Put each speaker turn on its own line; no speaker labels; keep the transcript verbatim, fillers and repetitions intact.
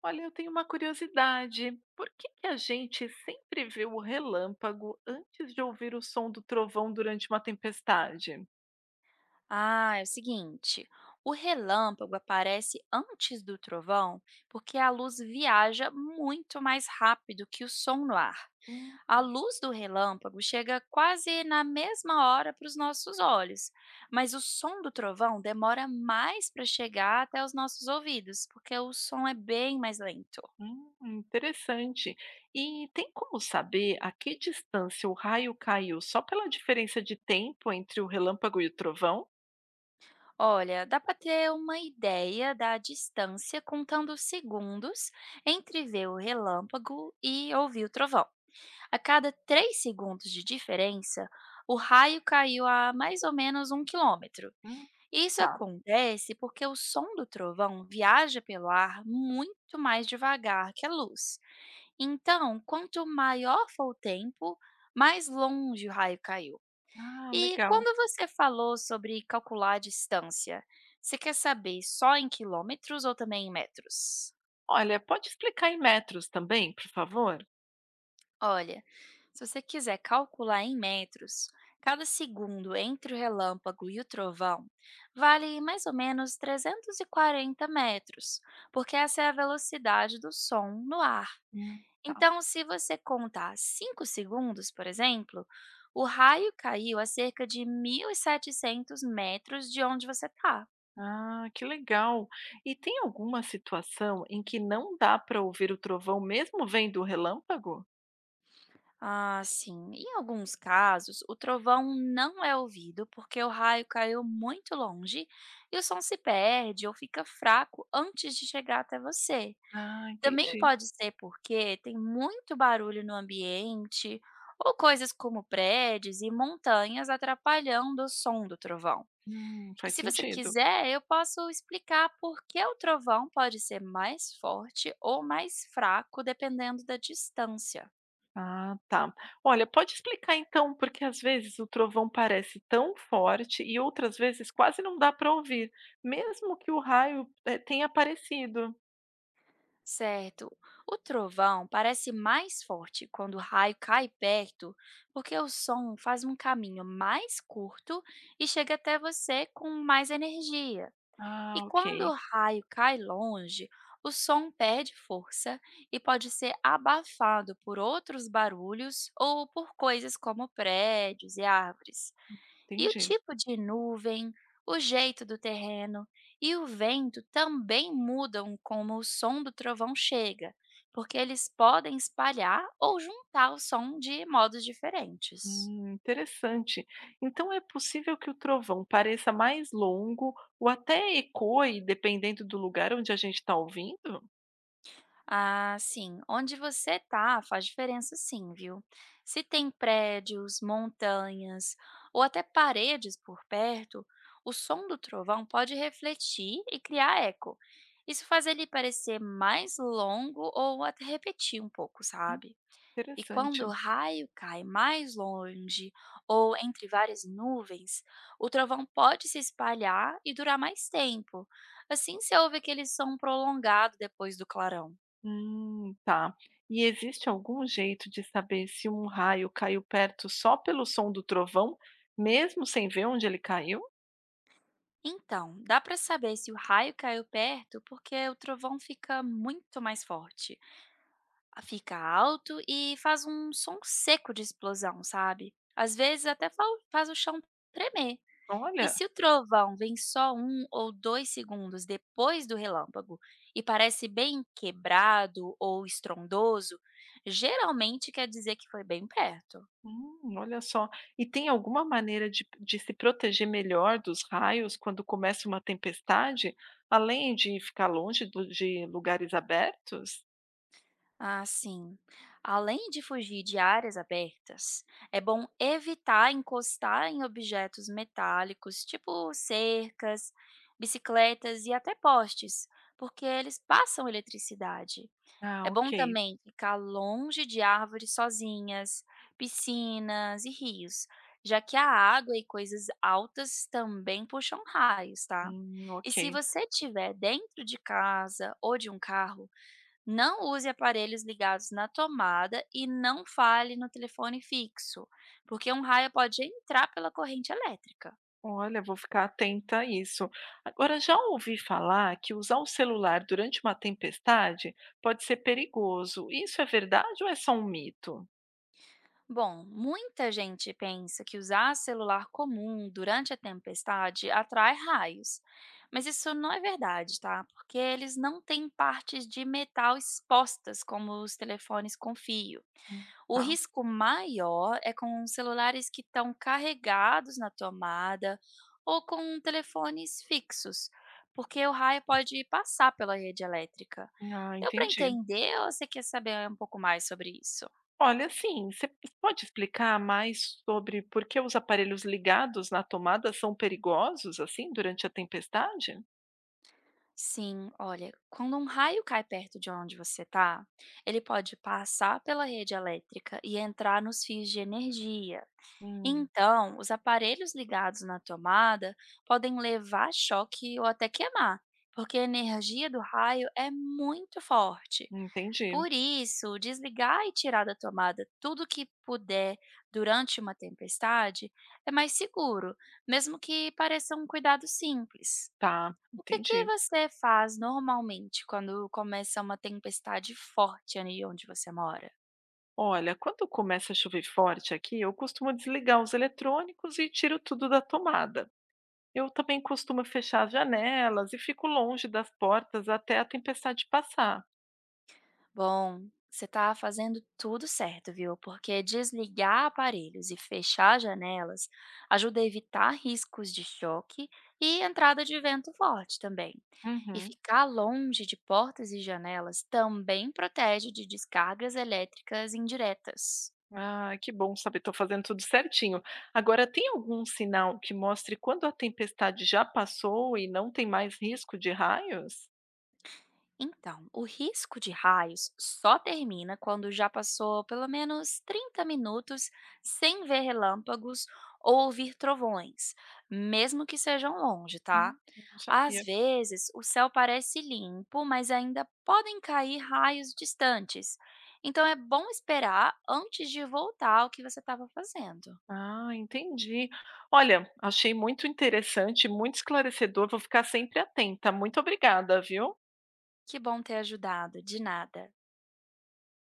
Olha, eu tenho uma curiosidade. Por que que a gente sempre vê o relâmpago antes de ouvir o som do trovão durante uma tempestade?
Ah, é o seguinte: o relâmpago aparece antes do trovão porque a luz viaja muito mais rápido que o som no ar.
Hum,
A luz do relâmpago chega quase na mesma hora para os nossos olhos, mas o som do trovão demora mais para chegar até os nossos ouvidos, porque o som é bem mais lento.
hum, interessante. E tem como saber a que distância o raio caiu só pela diferença de tempo entre o relâmpago e o trovão?
Olha, dá para ter uma ideia da distância contando os segundos entre ver o relâmpago e ouvir o trovão. A cada três segundos de diferença, o raio caiu a mais ou menos um quilômetro.
Hum,
Isso
tá.
acontece porque o som do trovão viaja pelo ar muito mais devagar que a luz. Então, quanto maior for o tempo, mais longe o raio caiu.
Ah,
E
legal.
quando você falou sobre calcular a distância, você quer saber só em quilômetros ou também em metros?
Olha, pode explicar em metros também, por favor?
Olha, se você quiser calcular em metros, cada segundo entre o relâmpago e o trovão vale mais ou menos trezentos e quarenta metros, porque essa é a velocidade do som no ar.
Hum, tá.
Então, se você contar cinco segundos, por exemplo, o raio caiu a cerca de mil e setecentos metros de onde você está.
Ah, que legal. E tem alguma situação em que não dá para ouvir o trovão mesmo vendo o relâmpago?
Ah, sim. Em alguns casos, o trovão não é ouvido porque o raio caiu muito longe e o som se perde ou fica fraco antes de chegar até você.
Ah,
Também
entendi.
pode ser porque tem muito barulho no ambiente ou coisas como prédios e montanhas atrapalhando o som do trovão.
Hum,
E
faz
se você
sentido.
quiser, eu posso explicar por que o trovão pode ser mais forte ou mais fraco dependendo da distância.
Ah, tá. Olha, pode explicar então, porque às vezes o trovão parece tão forte e outras vezes quase não dá para ouvir, mesmo que o raio eh, tenha aparecido.
Certo. O trovão parece mais forte quando o raio cai perto, porque o som faz um caminho mais curto e chega até você com mais energia. E
Ah,
quando
ok.
o raio cai longe, o som perde força e pode ser abafado por outros barulhos ou por coisas como prédios e árvores. E o
Entendi.
tipo de nuvem, o jeito do terreno e o vento também mudam como o som do trovão chega, porque eles podem espalhar ou juntar o som de modos diferentes.
Hum, interessante. Então é possível que o trovão pareça mais longo ou até ecoe, dependendo do lugar onde a gente está ouvindo?
Ah, sim. Onde você tá faz diferença sim, viu? Se tem prédios, montanhas ou até paredes por perto, o som do trovão pode refletir e criar eco. Isso faz ele parecer mais longo ou até repetir um pouco,
Hum,
sabe? E quando o
interessante.
raio cai mais longe ou entre várias nuvens, o trovão pode se espalhar e durar mais tempo. Assim se ouve aquele som prolongado depois do clarão.
Hum, tá. E existe algum jeito de saber se um raio caiu perto só pelo som do trovão, mesmo sem ver onde ele caiu?
Então, dá para saber se o raio caiu perto porque o trovão fica muito mais forte. Ah, fica alto e faz um som seco de explosão, sabe? Às vezes até fa- faz o chão tremer. E
Olha.
se o trovão vem só um ou dois segundos depois do relâmpago e parece bem quebrado ou estrondoso, geralmente quer dizer que foi bem perto.
Hum, olha só. E tem alguma maneira de de se proteger melhor dos raios quando começa uma tempestade, além de ficar longe do de lugares abertos?
Ah, sim. Além de fugir de áreas abertas, é bom evitar encostar em objetos metálicos, tipo cercas, bicicletas e até postes, porque eles passam eletricidade. É
Ah,
bom
ok.
também ficar longe de árvores sozinhas, piscinas e rios, já que a água e coisas altas também puxam raios, tá?
Hum,
E
ok.
se você estiver dentro de casa ou de um carro, não use aparelhos ligados na tomada e não fale no telefone fixo, porque um raio pode entrar pela corrente elétrica.
Olha, vou ficar atenta a isso. Agora, já ouvi falar que usar o celular durante uma tempestade pode ser perigoso. Isso é verdade ou é só um mito?
Bom, muita gente pensa que usar celular comum durante a tempestade atrai raios, mas isso não é verdade, tá? Porque eles não têm partes de metal expostas, como os telefones com fio.
Hum,
O
tá.
risco maior é com celulares que estão carregados na tomada ou com telefones fixos, porque o raio pode passar pela rede elétrica.
Ah,
Deu para
entendi.
entender ou você quer saber um pouco mais sobre isso?
Olha, assim, você pode explicar mais sobre por que os aparelhos ligados na tomada são perigosos, assim, durante a tempestade?
Sim, olha, quando um raio cai perto de onde você está, ele pode passar pela rede elétrica e entrar nos fios de energia.
Hum,
Então, os aparelhos ligados na tomada podem levar choque ou até queimar, porque a energia do raio é muito forte.
entendi.
Por isso, desligar e tirar da tomada tudo que puder durante uma tempestade é mais seguro, mesmo que pareça um cuidado simples.
Tá,
O que, que
entendi.
você faz normalmente quando começa uma tempestade forte ali onde você mora?
Olha, quando começa a chover forte aqui, eu costumo desligar os eletrônicos e tiro tudo da tomada. Eu também costumo fechar as janelas e fico longe das portas até a tempestade passar.
Bom, você está fazendo tudo certo, viu? Porque desligar aparelhos e fechar janelas ajuda a evitar riscos de choque e entrada de vento forte também. E
Uhum.
ficar longe de portas e janelas também protege de descargas elétricas indiretas.
Ah, que bom saber, estou fazendo tudo certinho. Agora, tem algum sinal que mostre quando a tempestade já passou e não tem mais risco de raios?
Então, o risco de raios só termina quando já passou pelo menos trinta minutos sem ver relâmpagos ou ouvir trovões, mesmo que sejam longe, tá?
Hum, não
Às
sabia.
vezes, o céu parece limpo, mas ainda podem cair raios distantes. Então, é bom esperar antes de voltar ao que você estava fazendo.
Ah, entendi. Olha, achei muito interessante, muito esclarecedor. Vou ficar sempre atenta. Muito obrigada, viu?
Que bom ter ajudado, de nada.